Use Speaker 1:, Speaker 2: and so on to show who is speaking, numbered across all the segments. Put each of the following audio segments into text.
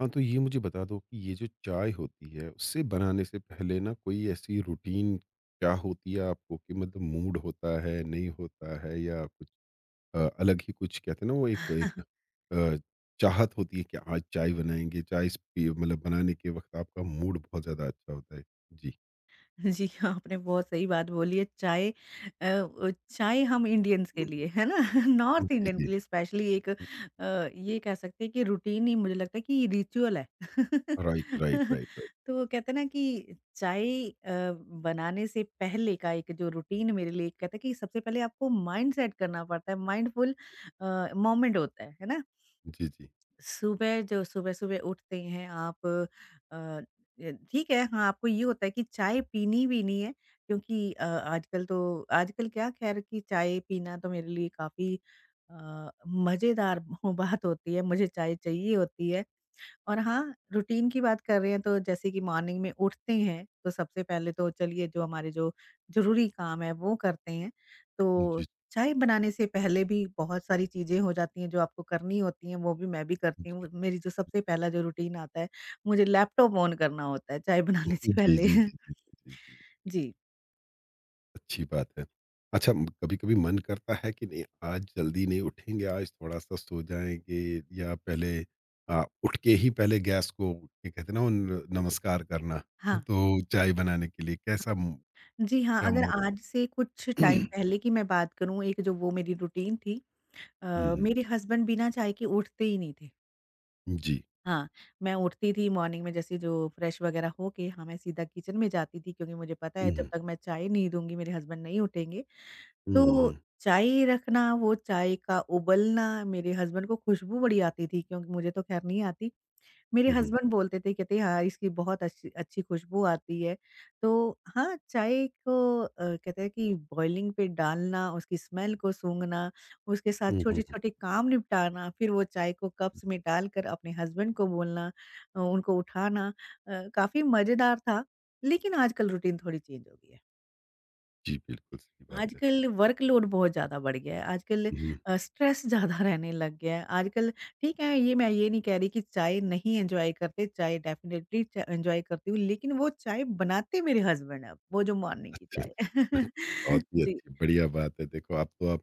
Speaker 1: हाँ, तो ये मुझे बता दो कि ये जो चाय होती है, उससे बनाने से पहले ना कोई ऐसी रूटीन क्या होती है आपको कि मतलब मूड होता है, नहीं होता है या कुछ अलग ही कुछ कहते हैं ना वो एक एक अ, चाहत होती है कि आज चाय बनाएँगे, चाय इस पी मतलब बनाने के वक़्त आपका मूड बहुत ज़्यादा अच्छा होता है? जी।
Speaker 2: जी, आपने बहुत सही बात बोली है। चाय अ, ओ चाय हम इंडियंस के लिए, है ना? नॉर्थ
Speaker 1: जी,
Speaker 2: इंडियन
Speaker 1: जी।
Speaker 2: के लिए स्पेशली ये कह सकते हैं कि रूटीन ही मुझे लगता है कि रिचुअल है।
Speaker 1: Right, right, right, right.
Speaker 2: तो कहते हैं ना कि बनाने से पहले का एक जो रूटीन मेरे लिए कहते हैं कि सबसे पहले आपको माइंडसेट करना पड़ता है, माइंडफुल मोमेंट होता है ना?
Speaker 1: जी, जी।
Speaker 2: सुबह जो सुबह-सुबह उठते हैं आप अ, य ठीक है, हाँ, आपको ये होता है कि चाय पीनी भी नहीं है क्योंकि आजकल आजकल क्या खैर कि चाय पीना तो मेरे लिए काफ़ी मज़ेदार बात होती है, मुझे चाय चाहिए होती है। और हाँ, रूटीन की बात कर रहे हैं तो जैसे कि मॉर्निंग में उठते हैं, तो सबसे पहले तो चलिए जो हमारे जो ज़रूरी काम है वो करते हैं।
Speaker 1: जी,
Speaker 2: तो
Speaker 1: जी,
Speaker 2: चाय बनाने से पहले भी बहुत सारी चीज़ें हो जाती हैं जो आपको करनी होती हैं, वो भी मैं भी करती हूँ। मेरी जो सबसे पहला जो रूटीन आता है, मुझे लैपटॉप ऑन करना होता है चाय बनाने से
Speaker 1: जी, जी,
Speaker 2: पहले।
Speaker 1: जी, जी, जी, जी।
Speaker 2: जी,
Speaker 1: अच्छी बात है। अच्छा, कभी-कभी मन करता है कि नहीं, आज जल्दी नहीं उठेंगे, आज थोड़ा-सा सो जाएँगे या पहले उठ के ही पहले गैस को ये कहते हैं ना न नमस्कार करना,
Speaker 2: हाँ।
Speaker 1: तो चाय बनाने के लिए कैसा मू
Speaker 2: जी हाँ,
Speaker 1: क्या
Speaker 2: अगर
Speaker 1: मूड होता
Speaker 2: आज से कुछ
Speaker 1: है?
Speaker 2: टाइम पहले की मैं बात करूँ, एक जो वो मेरी रूटीन थी
Speaker 1: हुँ,
Speaker 2: अ,
Speaker 1: हुँ।
Speaker 2: मेरे हस्बैंड बिना चाय के उठते ही नहीं थे।
Speaker 1: जी।
Speaker 2: हाँ, मैं उठती थी मॉर्निंग में जैसे जो फ्रेश वगैरह होके हाँ, मैं सीधा किचन में जाती थी क्योंकि मुझे पता है
Speaker 1: हुँ,
Speaker 2: जब
Speaker 1: हुँ।
Speaker 2: तक मैं चाय नहीं दूँगी मेरे हस्बैंड नहीं उठेंगे।
Speaker 1: हुँ, हुँ,
Speaker 2: तो
Speaker 1: हुँ।
Speaker 2: चाय रखना, वो चाय का उबलना, मेरे हस्बैंड को खुशबू बड़ी आती थी क्योंकि मुझे तो ख़ैर नहीं आती। मेरे
Speaker 1: हुँ, हुँ।
Speaker 2: हस्बैंड बोलते थे, कहते हाँ, इसकी बहुत अच्छी अच्छी खुशबू आती है। तो हाँ, कहते हैं कि बॉइलिंग पे डालना, उसकी स्मेल को सूँघना, उसके साथ
Speaker 1: हुँ, हुँ, हुँ।
Speaker 2: छोटे-छोटे काम निपटाना, फिर वो चाय को कप्स में डालकर अपने हस्बैंड को बोलना, उनको उठाना काफ़ी मज़ेदार था। लेकिन आजकल रूटीन थोड़ी चेंज हो गई है।
Speaker 1: जी, बिल्कुल सही बात है।
Speaker 2: आजकल वर्कलोड बहुत ज़्यादा बढ़ गया है, आजकल
Speaker 1: हुँ, हुँ। अच्छा।
Speaker 2: अ, स्ट्रेस ज़्यादा रहने लग गया है, आजकल ठीक है ये मैं ये नहीं कह रही कि चाय नहीं एन्जॉय करते, चाय डेफ़िनेटली च एन्जॉय करती हूँ, लेकिन वो चाय बनाते मेरे हस्बैंड हैं, वो जो मॉर्निंग की चाय है।
Speaker 1: बहुत ही
Speaker 2: जी।
Speaker 1: अच्छी बढ़िया बात है। देखो, अब तो आप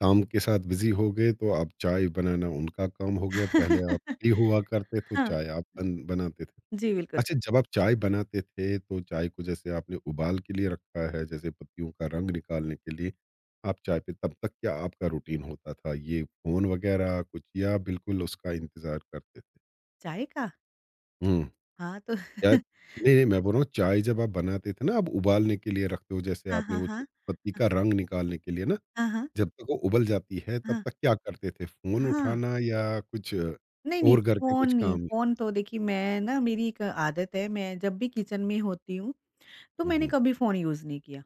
Speaker 1: काम के साथ बिज़ी हो गए तो अब चाय बनाना उनका काम हो गया। पहले आप फ्री हुआ करते तो
Speaker 2: हाँ,
Speaker 1: चाय आप बन बनाते थे।
Speaker 2: जी बिल्कुल।
Speaker 1: अच्छा, जब आप चाय बनाते थे तो चाय को जैसे आपने उबाल के लिए रखा है, जैसे पत्तियों का रंग निकालने के लिए आप चाय पे तब तक क्या आपका रूटीन होता था? ये फ़ोन वग़ैरह कुछ या बिल्कुल उसका इंतज़ार करते थे?
Speaker 2: चाय का?
Speaker 1: हुँ,
Speaker 2: हाँ, तो
Speaker 1: या नहीं, नहीं मैं बोल रहा हूँ चाय जब आप बनाते थे ना आप उबालने के लिए रखते हो जैसे
Speaker 2: हाँ,
Speaker 1: आपने
Speaker 2: हाँ,
Speaker 1: वो
Speaker 2: हाँ।
Speaker 1: पत्ती का रंग निकालने के लिए ना?
Speaker 2: हाँ, हाँ,
Speaker 1: जब तक वो उबल जाती है, तब
Speaker 2: हाँ,
Speaker 1: तक क्या करते थे? फ़ोन
Speaker 2: हाँ, हाँ।
Speaker 1: उठाना या कुछ
Speaker 2: नहीं, नहीं
Speaker 1: और घर के
Speaker 2: फ़ोन
Speaker 1: कुछ
Speaker 2: नहीं,
Speaker 1: काम?
Speaker 2: फ़ोन तो देखिए मैं ना मेरी एक आदत है, मैं जब भी किचन में होती हूँ, तो
Speaker 1: हुँ,
Speaker 2: मैंने
Speaker 1: हुँ।
Speaker 2: कभी फ़ोन यूज़ नहीं किया।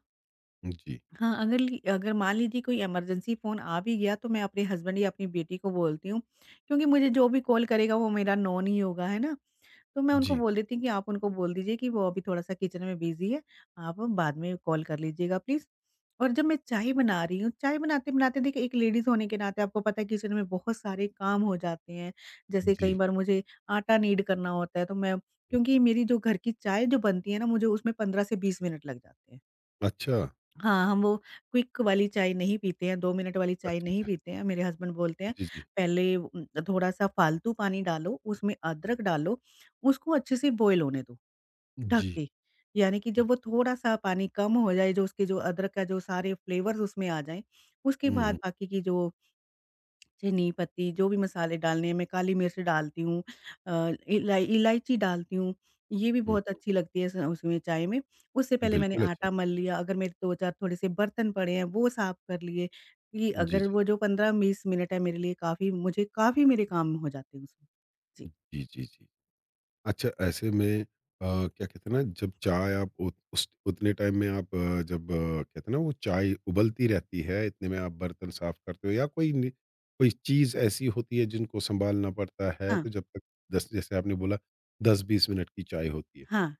Speaker 1: जी,
Speaker 2: हाँ, अगर मान लीजिए कोई इमरजेंसी फ़ोन आ भी गया तो मैं अपने हस्बैंड या अपनी बेटी को बोलती हूँ, क्योंकि मुझे जो भी कॉल करेगा वो मेरा नॉन ही होगा, है ना? तो मैं उनको
Speaker 1: जी,
Speaker 2: बोल देती हूँ कि आप उनको बोल दीजिए कि वो अभी थोड़ा-सा किचन में बिज़ी है, आप बाद में कॉल कर लीजिएगा प्लीज़। और जब मैं चाय बना रही हूँ, चाय बनाते-बनाते देखिए एक लेडीज़ होने के नाते आपको पता है किचन में बहुत सारे काम हो जाते हैं। जैसे कई
Speaker 1: जी।
Speaker 2: बार मुझे आटा नीड करना होता है तो मैं क्योंकि मेरी जो घर की चाय जो बनती है ना मुझे उसमें 15 से 20 मिनट लग जाते हैं।
Speaker 1: अच्छा,
Speaker 2: हाँ, हम वो क्विक वाली चाय नहीं पीते हैं, 2 मिनट वाली चाय
Speaker 1: अच्छा,
Speaker 2: नहीं
Speaker 1: अच्छा।
Speaker 2: पीते हैं। मेरे हस्बैंड बोलते हैं
Speaker 1: जी, जी।
Speaker 2: पहले वो, थोड़ा-सा फालतू पानी डालो, उसमें अदरक डालो, उसको अच्छे से बॉयल होने दो, ढक
Speaker 1: जी।
Speaker 2: के। यानी कि जब वो थोड़ा-सा पानी कम हो जाए, जो उसके जो अदरक का जो सारे फ्लेवर्स उसमें आ जाएँ, उसके
Speaker 1: हुँ,
Speaker 2: बाद
Speaker 1: हुँ,
Speaker 2: बाकी की जो चनी, पत्ती जो भी मसाले डालने हैं, मैं काली मिर्च डालती हूँ अ, इलायची डालती हूँ, ये भी बहुत
Speaker 1: हुँ,
Speaker 2: अच्छी लगती है स उसमें चाय में। उससे
Speaker 1: हुँ।
Speaker 2: पहले मैंने
Speaker 1: बिल्कुल अच्छी।
Speaker 2: आटा मल लिया, अगर मेरे 2-4 थोड़े-से बर्तन पड़े हैं वो साफ कर लिए कि
Speaker 1: जी,
Speaker 2: अगर
Speaker 1: जी।
Speaker 2: वो जो 15-20 मिनट है मेरे लिए काफ़ी मेरे काम हो जाते हैं उसमें। जी।
Speaker 1: जी, जी, जी। अच्छा, ऐसे में क्या कहते हैं ना जब चाय आप उत उस उतने टाइम में आप जब कहते हैं ना वो चाय उबलती रहती है, इतने में आप बर्तन साफ़ करते हो या कोई नि कोई चीज़ ऐसी होती है जिनको सँभालना पड़ता है,
Speaker 2: हाँ,
Speaker 1: तो जब तक 10 जैसे आपने बोला 10-20 मिनट की चाय होती है।
Speaker 2: हाँ।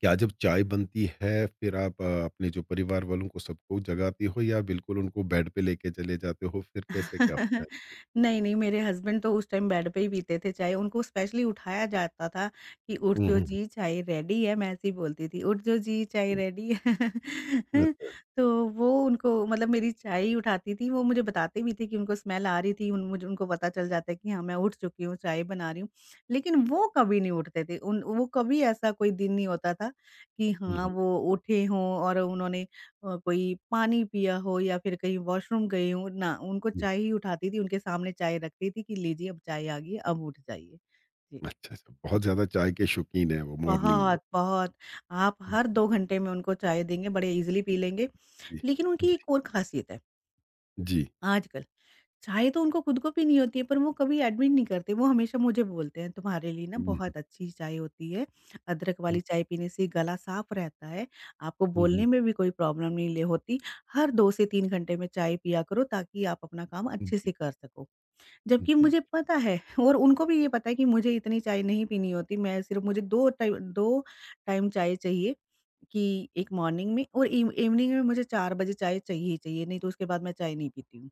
Speaker 1: क्या जब चाय बनती है फिर आप अपने जो परिवार वालों को सबको जगाती हो या बिल्कुल उनको बेड पे लेके चले जाते हो? फिर कैसे क्या होता है?
Speaker 2: नहीं, नहीं, मेरे हस्बैंड तो उस टाइम बेड पे ही पीते थे चाय, उनको स्पेशली उठाया जाता था कि उठ
Speaker 1: हुँ,
Speaker 2: जो
Speaker 1: हुँ, हुँ,
Speaker 2: जी चाय रेडी है, मैं ऐसे ही बोलती थी, उठ जो जी चाय
Speaker 1: हुँ।
Speaker 2: रेडी है।
Speaker 1: अच्छा।
Speaker 2: तो वो उनको मतलब मेरी चाय ही उठाती थी, वो मुझे बताते भी थे कि उनको स्मेल आ रही थी, उन मुझे उनको पता चल जाता है कि हाँ, मैं उठ चुकी हूँ, चाय बना रही हूँ। लेकिन वो कभी नहीं उठते थे, उन वो कभी ऐसा कोई दिन नहीं होता था कि
Speaker 1: हुँ,
Speaker 2: हाँ,
Speaker 1: हुँ।
Speaker 2: वो उठे हों और उन्होंने कोई पानी पिया हो या फिर कहीं वॉशरूम गई हूँ ना उनको चाय ही उठाती थी उनके सामने चाय रखती थी कि लीजिए अब चाय आ गई है, अब उठ जाइए जी
Speaker 1: अच्छा, अच्छा,
Speaker 2: हुँ,
Speaker 1: बहुत ज़्यादा चाय के शौकीन हैं वो मॉर्निंग में।
Speaker 2: बहुत बहुत आप हर
Speaker 1: जी,
Speaker 2: 2 घंटे में उनको चाय देंगे बड़े इजीली पी लेंगे।
Speaker 1: जी,
Speaker 2: लेकिन उनकी
Speaker 1: जी,
Speaker 2: एक और खासियत है।
Speaker 1: जी।
Speaker 2: आजकल। चाय तो उनको खुद को पीनी होती है, पर वो कभी एडमिट नहीं करते, वो हमेशा मुझे बोलते हैं, "तुम्हारे लिए ना
Speaker 1: हुँ, हुँ,
Speaker 2: बहुत अच्छी चाय होती है, अदरक
Speaker 1: हुँ,
Speaker 2: वाली चाय पीने से गला साफ रहता है, आपको
Speaker 1: हुँ,
Speaker 2: बोलने
Speaker 1: हुँ।
Speaker 2: में भी कोई प्रॉब्लम नहीं ले होती, हर 2 से 3 घंटे में चाय पिया करो ताकि आप अपना काम अच्छे
Speaker 1: जी,
Speaker 2: से कर सको।" जबकि
Speaker 1: जी।
Speaker 2: मुझे पता है और उनको भी ये पता है कि मुझे इतनी चाय नहीं पीनी होती, मैं सिर्फ़ मुझे 2 टाइम चाय चाहिए कि एक मॉर्निंग में और इव इवनिंग में मुझे 4 बजे चाय चाहिए ही चाहिए, नहीं तो उसके बाद मैं चाय नहीं पीती हूँ।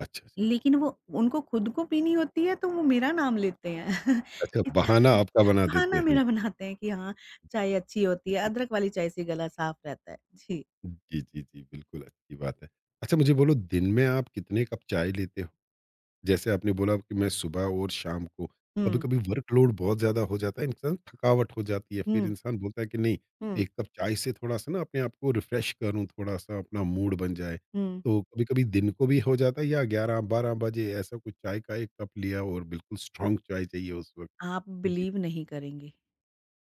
Speaker 1: अच्छा, अच्छा।
Speaker 2: लेकिन वो उनको खुद को पीनी होती है तो वो मेरा नाम लेते हैं।
Speaker 1: अच्छा,
Speaker 2: कि-
Speaker 1: बहाना आपका बना देते
Speaker 2: बहाना
Speaker 1: हैं।
Speaker 2: मेरा बनाते हैं कि हाँ, चाय अच्छी होती है,
Speaker 1: जी,
Speaker 2: अदरक वाली चाय से गला साफ रहता है। जी।
Speaker 1: जी, जी, जी, बिल्कुल अच्छी बात है। अच्छा, मुझे बोलो दिन में आप कितने कप चाय लेते, जैसे आपने बोला कि मैं सुबह और शाम को
Speaker 2: हुँ,
Speaker 1: कभी-कभी वर्कलोड बहुत ज़्यादा हो जाता है, इंसान थकावट हो जाती है, फिर
Speaker 2: हुँ,
Speaker 1: इंसान बोलता है कि नहीं,
Speaker 2: हुँ,
Speaker 1: एक कप चाय से थोड़ा-सा ना अपने आप को रिफ़्रेश करूँ, थोड़ा-सा अपना मूड बन जाए।
Speaker 2: हुँ।
Speaker 1: तो कभी-कभी दिन को भी हो जाता है या 11-12 बजे ऐसा कुछ चाय का 1 कप लिया और बिल्कुल स्ट्रॉन्ग चाय चाहिए उस वक़्त।
Speaker 2: आप
Speaker 1: जी।
Speaker 2: बिलीव नहीं करेंगे,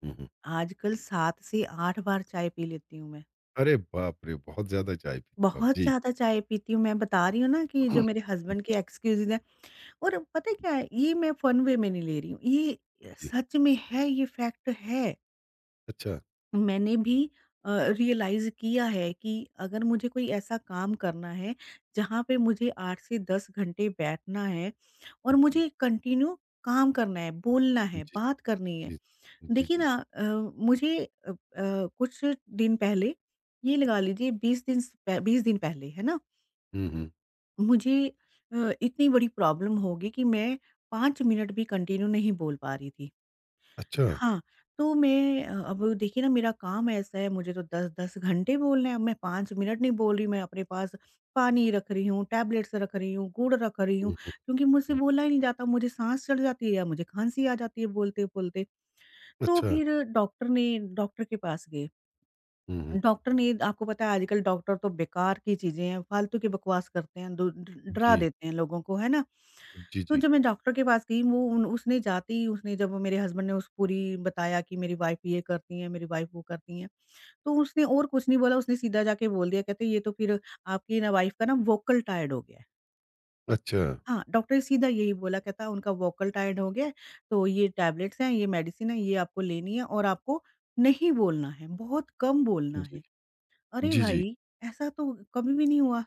Speaker 1: हुँ, हुँ।
Speaker 2: आजकल 7 से 8 बार चाय पी लेती हूँ मैं।
Speaker 1: अरे बाप रे! बहुत ज़्यादा चाय पीते हो आप।
Speaker 2: बहुत
Speaker 1: जी।
Speaker 2: ज़्यादा चाय पीती हूँ, मैं बता रही हूँ ना कि जो मेरे हस्बैंड के एक्सक्यूज़ेज़ हैं और पता है क्या है, ये मैं फन वे में नहीं ले रही हूँ, ये
Speaker 1: जी।
Speaker 2: सच में है, ये फैक्ट है।
Speaker 1: अच्छा।
Speaker 2: मैंने भी अ, रियलाइज़ किया है कि अगर मुझे कोई ऐसा काम करना है, जहाँ पे मुझे 8 से 10 घंटे बैठना है और
Speaker 1: जी।
Speaker 2: मुझे कंटिन्यू काम करना है, बोलना है,
Speaker 1: जी,
Speaker 2: बात करनी है।
Speaker 1: जी। जी,
Speaker 2: देखिए
Speaker 1: जी।
Speaker 2: ना अ, मुझे अ अ, कुछ दिन पहले ये लगा लीजिए 20 दिन पहले, है ना?
Speaker 1: हुँ, हुँ।
Speaker 2: मुझे इतनी बड़ी प्रॉब्लम हो गई कि मैं 5 मिनट भी कंटिन्यू नहीं बोल पा रही थी।
Speaker 1: अच्छा।
Speaker 2: हाँ, तो मैं अब देखिए ना मेरा काम ऐसा है मुझे तो 10-10 घंटे बोलने हैं, अब मैं 5 मिनट नहीं बोल रही, मैं अपने पास पानी रख रही हूँ, टैबलेट्स रख रही हूँ, गुड़ रख रही हूँ,
Speaker 1: हुँ, हुँ,
Speaker 2: क्योंकि मुझसे
Speaker 1: हुँ।
Speaker 2: बोला ही नहीं जाता, मुझे साँस चढ़ जाती है या मुझे खाँसी आ जाती है बोलते-बोलते। तो
Speaker 1: अच्छा।
Speaker 2: फिर डॉक्टर के पास गए।
Speaker 1: हुँ, हुँ।
Speaker 2: डॉक्टर ने आपको पता है आजकल डॉक्टर तो बेकार की चीज़ें हैं, फालतू की बकवास करते हैं, दु ड डरा
Speaker 1: जी,
Speaker 2: देते हैं लोगों को, है ना?
Speaker 1: जी,
Speaker 2: तो
Speaker 1: जी।
Speaker 2: जब मैं डॉक्टर के पास गई वो उन उसने जाते ही उसने जब मेरे हस्बैंड ने उस पूरी बताया कि मेरी वाइफ़ ये करती हैं, मेरी वाइफ़ वो करती हैं, तो उसने और कुछ नहीं बोला, उसने सीधा जाके बोल दिया कहते ये तो फिर आपकी वाइफ़ का वोकल टायर्ड हो गया है।
Speaker 1: अच्छा,
Speaker 2: हाँ, डॉक्टर ने सीधा यही बोला कहता उनका वोकल टायर्ड हो गया है, तो ये टैबलेट्स हैं, ये मेडिसिन है, ये आपको लेनी है और आपको नहीं बोलना है, बहुत कम बोलना
Speaker 1: जी,
Speaker 2: है। अरे
Speaker 1: जी, जी।
Speaker 2: भाई! ऐसा तो कभी भी नहीं हुआ।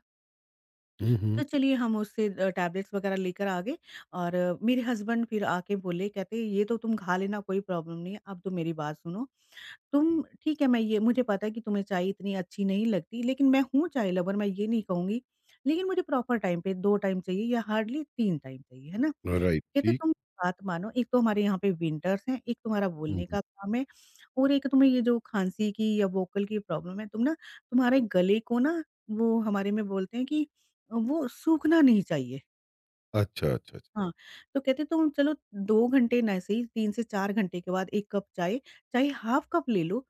Speaker 1: हुँ,
Speaker 2: तो
Speaker 1: हुँ।
Speaker 2: चलिए हम उससे टैबलेट्स वगैरह लेकर आ गए और मेरे हस्बैंड फिर आके बोले कहते ये तो तुम खा लेना कोई प्रॉब्लम नहीं है, अब तो मेरी बात सुनो। तुम ठीक है मैं ये मुझे पता है कि तुम्हें चाय इतनी अच्छी नहीं लगती लेकिन मैं हूँ चाय लवर मैं ये नहीं कहूँगी। लेकिन मुझे प्रॉपर टाइम पे 2 टाइम चाहिए या हार्डली 3 टाइम चाहिए, है ना?
Speaker 1: राइट,
Speaker 2: कहते
Speaker 1: ठीक।
Speaker 2: तुम बात मानो। एक तो हमारे यहाँ पे विंटर्स हैं, एक तुम्हारा
Speaker 1: हुँ,
Speaker 2: बोलने
Speaker 1: हुँ।
Speaker 2: का काम है और एक तुम्हें ये जो खाँसी की या वोकल की प्रॉब्लम है, तुम्हारे गले को ना, वो हमारे में बोलते हैं कि वो सूखना नहीं चाहिए।
Speaker 1: अच्छा, अच्छा, अच्छा।
Speaker 2: हाँ, तो कहते तुम चलो 2 घंटे ना सही 3 से 4 घंटे के बाद 1 कप चाय, चाहे हाफ कप ले लो,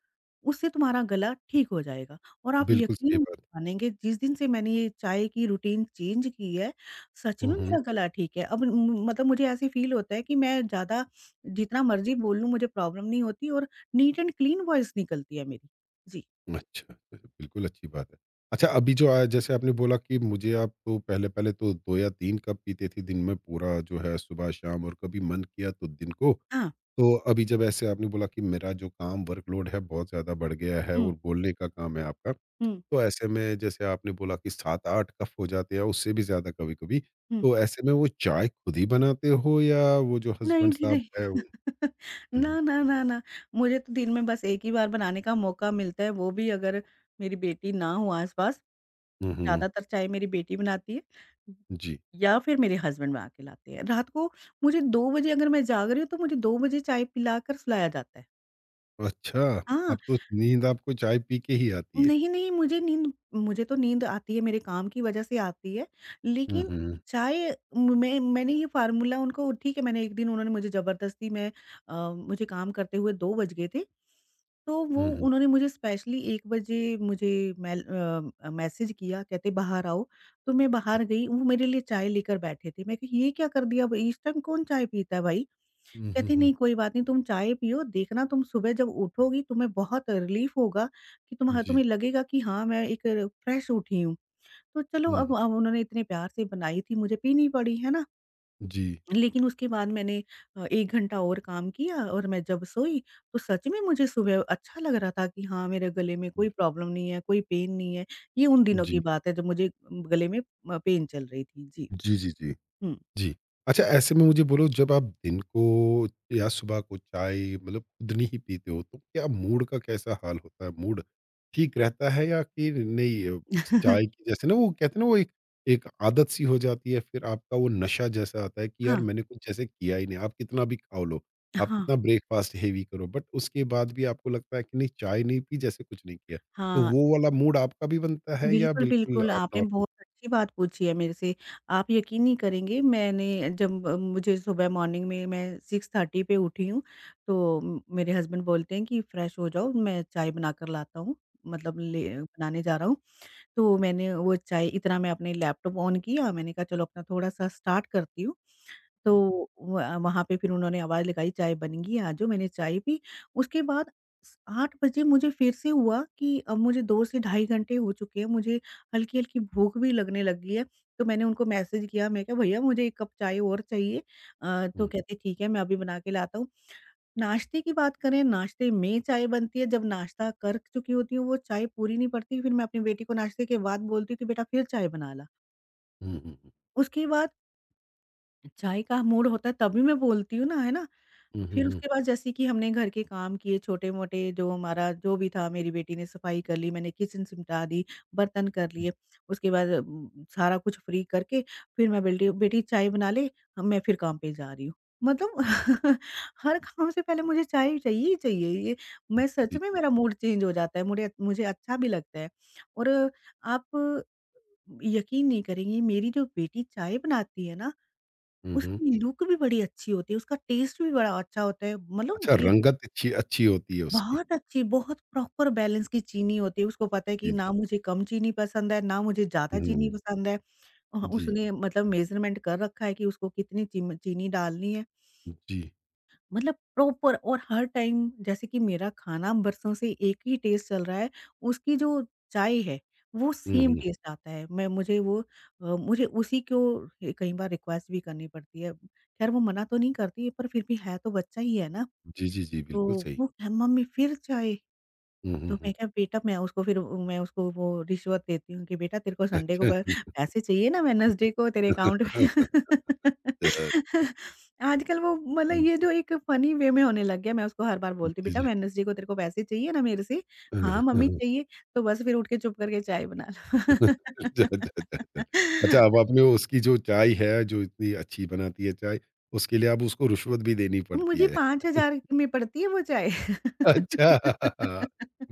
Speaker 2: उससे तुम्हारा गला ठीक हो जाएगा। और आप
Speaker 1: बिल्कुल
Speaker 2: यकीन
Speaker 1: सही
Speaker 2: नहीं
Speaker 1: बात।
Speaker 2: मानेंगे जिस दिन से मैंने ये चाय की रूटीन चेंज की है, सच
Speaker 1: हुँ,
Speaker 2: में मेरा
Speaker 1: हुँ।
Speaker 2: गला ठीक है। अब म मतलब मुझे ऐसे फ़ील होता है कि मैं ज़्यादा जितना मर्ज़ी बोल लूँ मुझे प्रॉब्लम नहीं होती और नीट एंड क्लीन वॉइस निकलती है मेरी। जी।
Speaker 1: अच्छा, अच्छा, बिल्कुल अच्छी बात है। अच्छा, अभी जो जैसे आपने बोला कि मुझे आप तो पहले-पहले तो 2 या 3 कप पीते थे दिन में पूरा जो है सुबह-शाम और कभी मन किया तो दिन को।
Speaker 2: हाँ।
Speaker 1: तो अभी जब ऐसे आपने बोला कि मेरा जो काम वर्कलोड है बहुत ज़्यादा बढ़ गया है और
Speaker 2: हुँ,
Speaker 1: बोलने का काम है आपका।
Speaker 2: हुँ,
Speaker 1: तो ऐसे में जैसे आपने बोला कि 7-8 कप हो जाते हैं, उससे भी ज़्यादा कभी-कभी।
Speaker 2: हुँ।
Speaker 1: तो ऐसे में वो चाय खुद ही बनाते हो या वो जो
Speaker 2: नहीं
Speaker 1: हस्बैंड
Speaker 2: जी
Speaker 1: साहब
Speaker 2: नहीं।
Speaker 1: है वो हुँ,
Speaker 2: ना, ना, ना, ना। मुझे तो दिन में बस 1 ही बार बनाने का मौका मिलता है, वो भी अगर मेरी बेटी ना हो आस-पास।
Speaker 1: हुँ, हुँ,
Speaker 2: ज़्यादातर चाहे मेरी बेटी बनाती है
Speaker 1: जी।
Speaker 2: या फिर मेरे हस्बैंड बना के लाते हैं। रात को मुझे 2 बजे अगर मैं जाग रही हूँ, तो मुझे 2 बजे चाय पिलाकर सुलाया जाता है।
Speaker 1: अच्छा,
Speaker 2: हाँ।
Speaker 1: अब तो नींद आपको चाय पी के ही आती है।
Speaker 2: नहीं, नहीं, मुझे तो नींद आती है, मेरे काम की वज़ह से आती है।
Speaker 1: हुँ,
Speaker 2: लेकिन
Speaker 1: हुँ,
Speaker 2: चाहे मैंने ये फ़ॉर्मूला उनको ठीक है, मैंने एक दिन उन्होंने मुझे ज़बरदस्ती मैं मुझे काम करते हुए 2 बज गए थे, तो वो
Speaker 1: हुँ, हुँ,
Speaker 2: उन्होंने मुझे स्पेशली 1 बजे मुझे मेल मैसेज किया, कहते बाहर आओ, तो मैं बाहर गई, वो मेरे लिए चाय लेकर बैठे थे। मैं कही, "ये क्या कर दिया? अब इस टाइम कौन चाय पीता है भाई?"
Speaker 1: हुँ, हुँ,
Speaker 2: कहती
Speaker 1: हुँ,
Speaker 2: नहीं कोई बात नहीं तुम चाय पियो देखना तुम सुबह जब उठोगी तुम्हें बहुत रिलीफ होगा कि तुम्हा
Speaker 1: जी।
Speaker 2: तुम्हें लगेगा कि हाँ मैं एक फ्रेश उठी हूँ। तो चलो
Speaker 1: हुँ, हुँ,
Speaker 2: अब उन्होंने इतने प्यार से बनाई थी मुझे पीनी पड़ी, है ना?
Speaker 1: जी,
Speaker 2: लेकिन उसके बाद मैंने 1 घंटा और काम किया और मैं जब सोई तो सच में मुझे सुबह अच्छा लग रहा था कि हाँ मेरे गले में कोई
Speaker 1: जी,
Speaker 2: प्रॉब्लम नहीं है, कोई पेन नहीं है। ये उन दिनों की
Speaker 1: जी,
Speaker 2: बात है जब मुझे गले में पेन चल रही थी। जी।
Speaker 1: जी, जी, जी।
Speaker 2: हुँ।
Speaker 1: जी। अच्छा, ऐसे में मुझे बोलो जब आप दिन को या सुबह को चाय मतलब खुदनी ही पीते हो तो क्या मूड का कैसा हाल होता है? मूड ठीक रहता है या कि नहीं, बस चाय की जैसे ना वो कहते हैं ना वो एक एक आदत सी हो जाती है फिर आपका वो नशा जैसा आता है कि यार
Speaker 2: हाँ।
Speaker 1: मैंने कुछ जैसे किया ही नहीं। आप कितना भी खा लो, आप
Speaker 2: हाँ।
Speaker 1: कितना ब्रेकफ़ास्ट हेवी करो बट उसके बाद भी आपको लगता है कि नहीं चाय नहीं पी जैसे कुछ नहीं किया। तो
Speaker 2: हाँ।
Speaker 1: वो वाला मूड आपका भी बनता है या
Speaker 2: बिल्कुल,
Speaker 1: बिल्कुल
Speaker 2: बिल्कुल,
Speaker 1: आप
Speaker 2: आपने
Speaker 1: नॉर्मल?
Speaker 2: बहुत अच्छी बात पूछी है मेरे से। आप यकीन नहीं करेंगे मैंने जब मुझे सुबह मॉर्निंग में मैं 6:30 पे उठी हूँ, तो मेरे हस्बैंड बोलते हैं कि फ्रेश हो जाओ मैं चाय बनाकर लाता हूँ, मतलब ले बनाने जा रहा हूँ। तो मैंने वो चाय इतना मैं अपने लैपटॉप ऑन किया मैंने कहा चलो अपना थोड़ा-सा स्टार्ट करती हूँ। तो
Speaker 1: हुँ, हुँ,
Speaker 2: व वहाँ पे फिर उन्होंने आवाज़ लगाई, "चाय बन गई, आ जाओ।" मैंने चाय पी। उसके बाद स 8 बजे मुझे फिर से हुआ कि अब मुझे 2 से ढाई घंटे हो चुके हैं, मुझे हल्की-हल्की भूख भी लगने लगी है। तो मैंने उनको मैसेज किया, मैं कहा, "भैया, मुझे 1 कप चाय और चाहिए।" तो
Speaker 1: हुँ,
Speaker 2: कहते, "ठीक है, मैं अभी बना के लाता हूँ।" नाश्ते की बात करें, नाश्ते में चाय बनती है, जब नाश्ता कर चुकी होती हूँ, वो चाय पूरी नहीं पड़ती, फिर मैं अपनी बेटी को नाश्ते के बाद बोलती हूँ कि, "बेटा, फिर चाय बना ला।"
Speaker 1: हुँ, हुँ,
Speaker 2: उसके बाद चाय का मूड होता है, तभी मैं बोलती हूँ ना, है ना?
Speaker 1: हुँ, हुँ, हुँ,
Speaker 2: फिर
Speaker 1: हुँ।
Speaker 2: उसके बाद जैसे कि हमने घर के काम किए छोटे-मोटे जो हमारा जो भी था मेरी बेटी ने सफाई कर ली, मैंने किचन सिमटा दी, बर्तन कर लिए। उसके बाद सारा कुछ फ्री करके फिर मैं बेल्टी बेटी चाय बना ले, अब मैं फिर काम पे जा रही हूँ। मतलब हर काम से पहले मुझे चाय ही चाहिए ही चाहिए। ये मैं सच में मेरा मूड चेंज हो जाता है, मुड़े मुझे अच्छा भी लगता है। और आप यकीन नहीं करेंगी मेरी जो बेटी चाय बनाती है ना
Speaker 1: हुँ, हुँ।
Speaker 2: उसकी लुक भी बड़ी अच्छी होती है, उसका टेस्ट भी बड़ा अच्छा होता है, मतलब
Speaker 1: अच्छा,
Speaker 2: एक
Speaker 1: रंगत अच्छी अच्छी होती है उसकी।
Speaker 2: बहुत अच्छी, बहुत प्रॉपर बैलेंस की चीनी होती है, उसको पता है कि
Speaker 1: जी,
Speaker 2: ना
Speaker 1: जी।
Speaker 2: मुझे कम चीनी पसंद है, ना मुझे ज़्यादा
Speaker 1: हुँ,
Speaker 2: चीनी
Speaker 1: हुँ।
Speaker 2: पसंद है।
Speaker 1: जी।
Speaker 2: उसने मतलब मेज़रमेंट कर रखा है कि उसको कितनी चीम चीनी डालनी है।
Speaker 1: जी।
Speaker 2: मतलब प्रॉपर और हर टाइम जैसे कि मेरा खाना बरसों से एक ही टेस्ट चल रहा है, उसकी जो चाय है, वो
Speaker 1: हुँ,
Speaker 2: सेम
Speaker 1: हुँ।
Speaker 2: टेस्ट आता है। मैं मुझे वो मुझे उसी को कई बार रिक्वेस्ट भी करनी पड़ती है। खैर वो मना तो नहीं करती है, पर फिर भी है तो बच्चा ही है ना,
Speaker 1: जी, जी, जी,
Speaker 2: तो
Speaker 1: बिल्कुल सही।
Speaker 2: वो कहे, "मम्मी फिर चाय?"
Speaker 1: हुँ, हुँ,
Speaker 2: तो मैं
Speaker 1: हुँ।
Speaker 2: कहा बेटा मैं उसको वो रिश्वत देती हूँ कि बेटा तेरे को संडे को प
Speaker 1: अच्छा।
Speaker 2: पैसे चाहिए ना वेडनेसडे को तेरे अकाउंट में।
Speaker 1: अ,
Speaker 2: आजकल वो मतलब ये जो एक फनी वे में होने लग गया, मैं उसको हर बार बोलती हूँ
Speaker 1: जी,
Speaker 2: बेटा
Speaker 1: जी।
Speaker 2: वेडनेसडे को तेरे को पैसे चाहिए ना मेरे से?
Speaker 1: अ,
Speaker 2: हाँ, मम्मी चाहिए। तो बस फिर उठ के चुप करके चाय बना
Speaker 1: अच्छा,
Speaker 2: लो।
Speaker 1: अच्छा, अच्छा, अच्छा। अच्छा, अब आपने उसकी जो चाय है, जो इतनी अच्छी बनाती है चाय, उसके लिए अब उसको रिश्वत भी देनी पड़ती
Speaker 2: मुझे
Speaker 1: है।
Speaker 2: 5000 में पड़ती है वो चाय।
Speaker 1: अच्छा।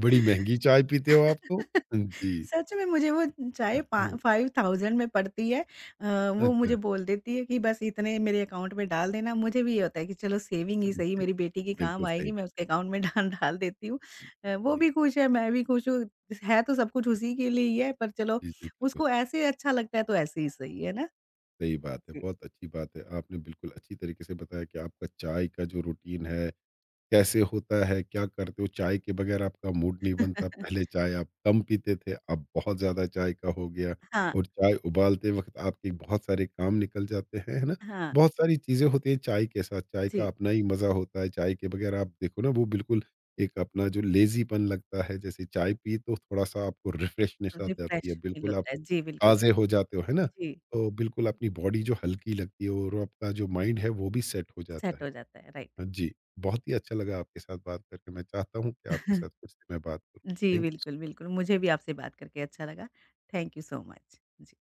Speaker 1: बड़ी महँगी चाय पीते हो आप तो? जी।
Speaker 2: सच में मुझे वो चाय
Speaker 1: हाँ,
Speaker 2: पा
Speaker 1: हाँ।
Speaker 2: 5000 में पड़ती है। अ, वो
Speaker 1: अच्छा।
Speaker 2: मुझे बोल देती है कि बस इतने मेरे अकाउंट में डाल देना। मुझे भी ये होता है कि चलो सेविंग ही सही
Speaker 1: जी,
Speaker 2: मेरी बेटी के काम
Speaker 1: बिल्कुल सही
Speaker 2: आएगी, मैं
Speaker 1: बात।
Speaker 2: उसके अकाउंट में डाल डाल देती हूँ। वो
Speaker 1: जी,
Speaker 2: भी खुश है, मैं भी खुश हूँ। है तो सब कुछ उसी के लिए ही है पर चलो
Speaker 1: जी, जी। बिल्कुल
Speaker 2: उसको ऐसे अच्छा लगता है तो ऐसे ही सही है ना?
Speaker 1: सही बात है,
Speaker 2: जी।
Speaker 1: बहुत अच्छी बात है। आपने बिल्कुल अच्छी तरीके से बताया कि आपका चाय का जो रूटीन है, कैसे होता है, क्या करते हो? चाय के बगैर आपका मूड नहीं बनता। पहले चाय आप कम पीते थे, अब बहुत ज़्यादा चाय का हो गया
Speaker 2: हाँ,
Speaker 1: और चाय उबालते वक़्त आपके बहुत सारे काम निकल जाते हैं, है ना?
Speaker 2: हाँ।
Speaker 1: बहुत सारी चीज़ें होती हैं चाय के साथ, चाय का
Speaker 2: जी,
Speaker 1: अपना ही मज़ा होता है। चाय के बगैर आप देखो ना, वो बिल्कुल एक अपना जो लेज़ीपन लगता है, जैसे चाय पी तो थोड़ा-सा आपको रिफ्रेशनेस आ
Speaker 2: रिफ्रेश
Speaker 1: जाती है।
Speaker 2: फील
Speaker 1: बिल्कुल आप
Speaker 2: होता है। जी, बिल्कुल।
Speaker 1: ताज़े हो जाते हो, है ना?
Speaker 2: जी,
Speaker 1: तो बिल्कुल अपनी बॉडी जो हल्की लगती है और आपका जो माइंड है वो भी सेट हो जाता
Speaker 2: सेट
Speaker 1: है।
Speaker 2: हो जाता है। राइट।
Speaker 1: हाँ जी, बहुत ही अच्छा लगा आपके साथ बात करके। मैं चाहता हूँ कि आपके साथ फिर से मैं बात करूँ।
Speaker 2: जी,
Speaker 1: थैंक यू सो
Speaker 2: बिल्कुल, बिल्कुल।
Speaker 1: मच।
Speaker 2: मुझे भी आपसे बात करके अच्छा लगा। Thank you so much. Ji.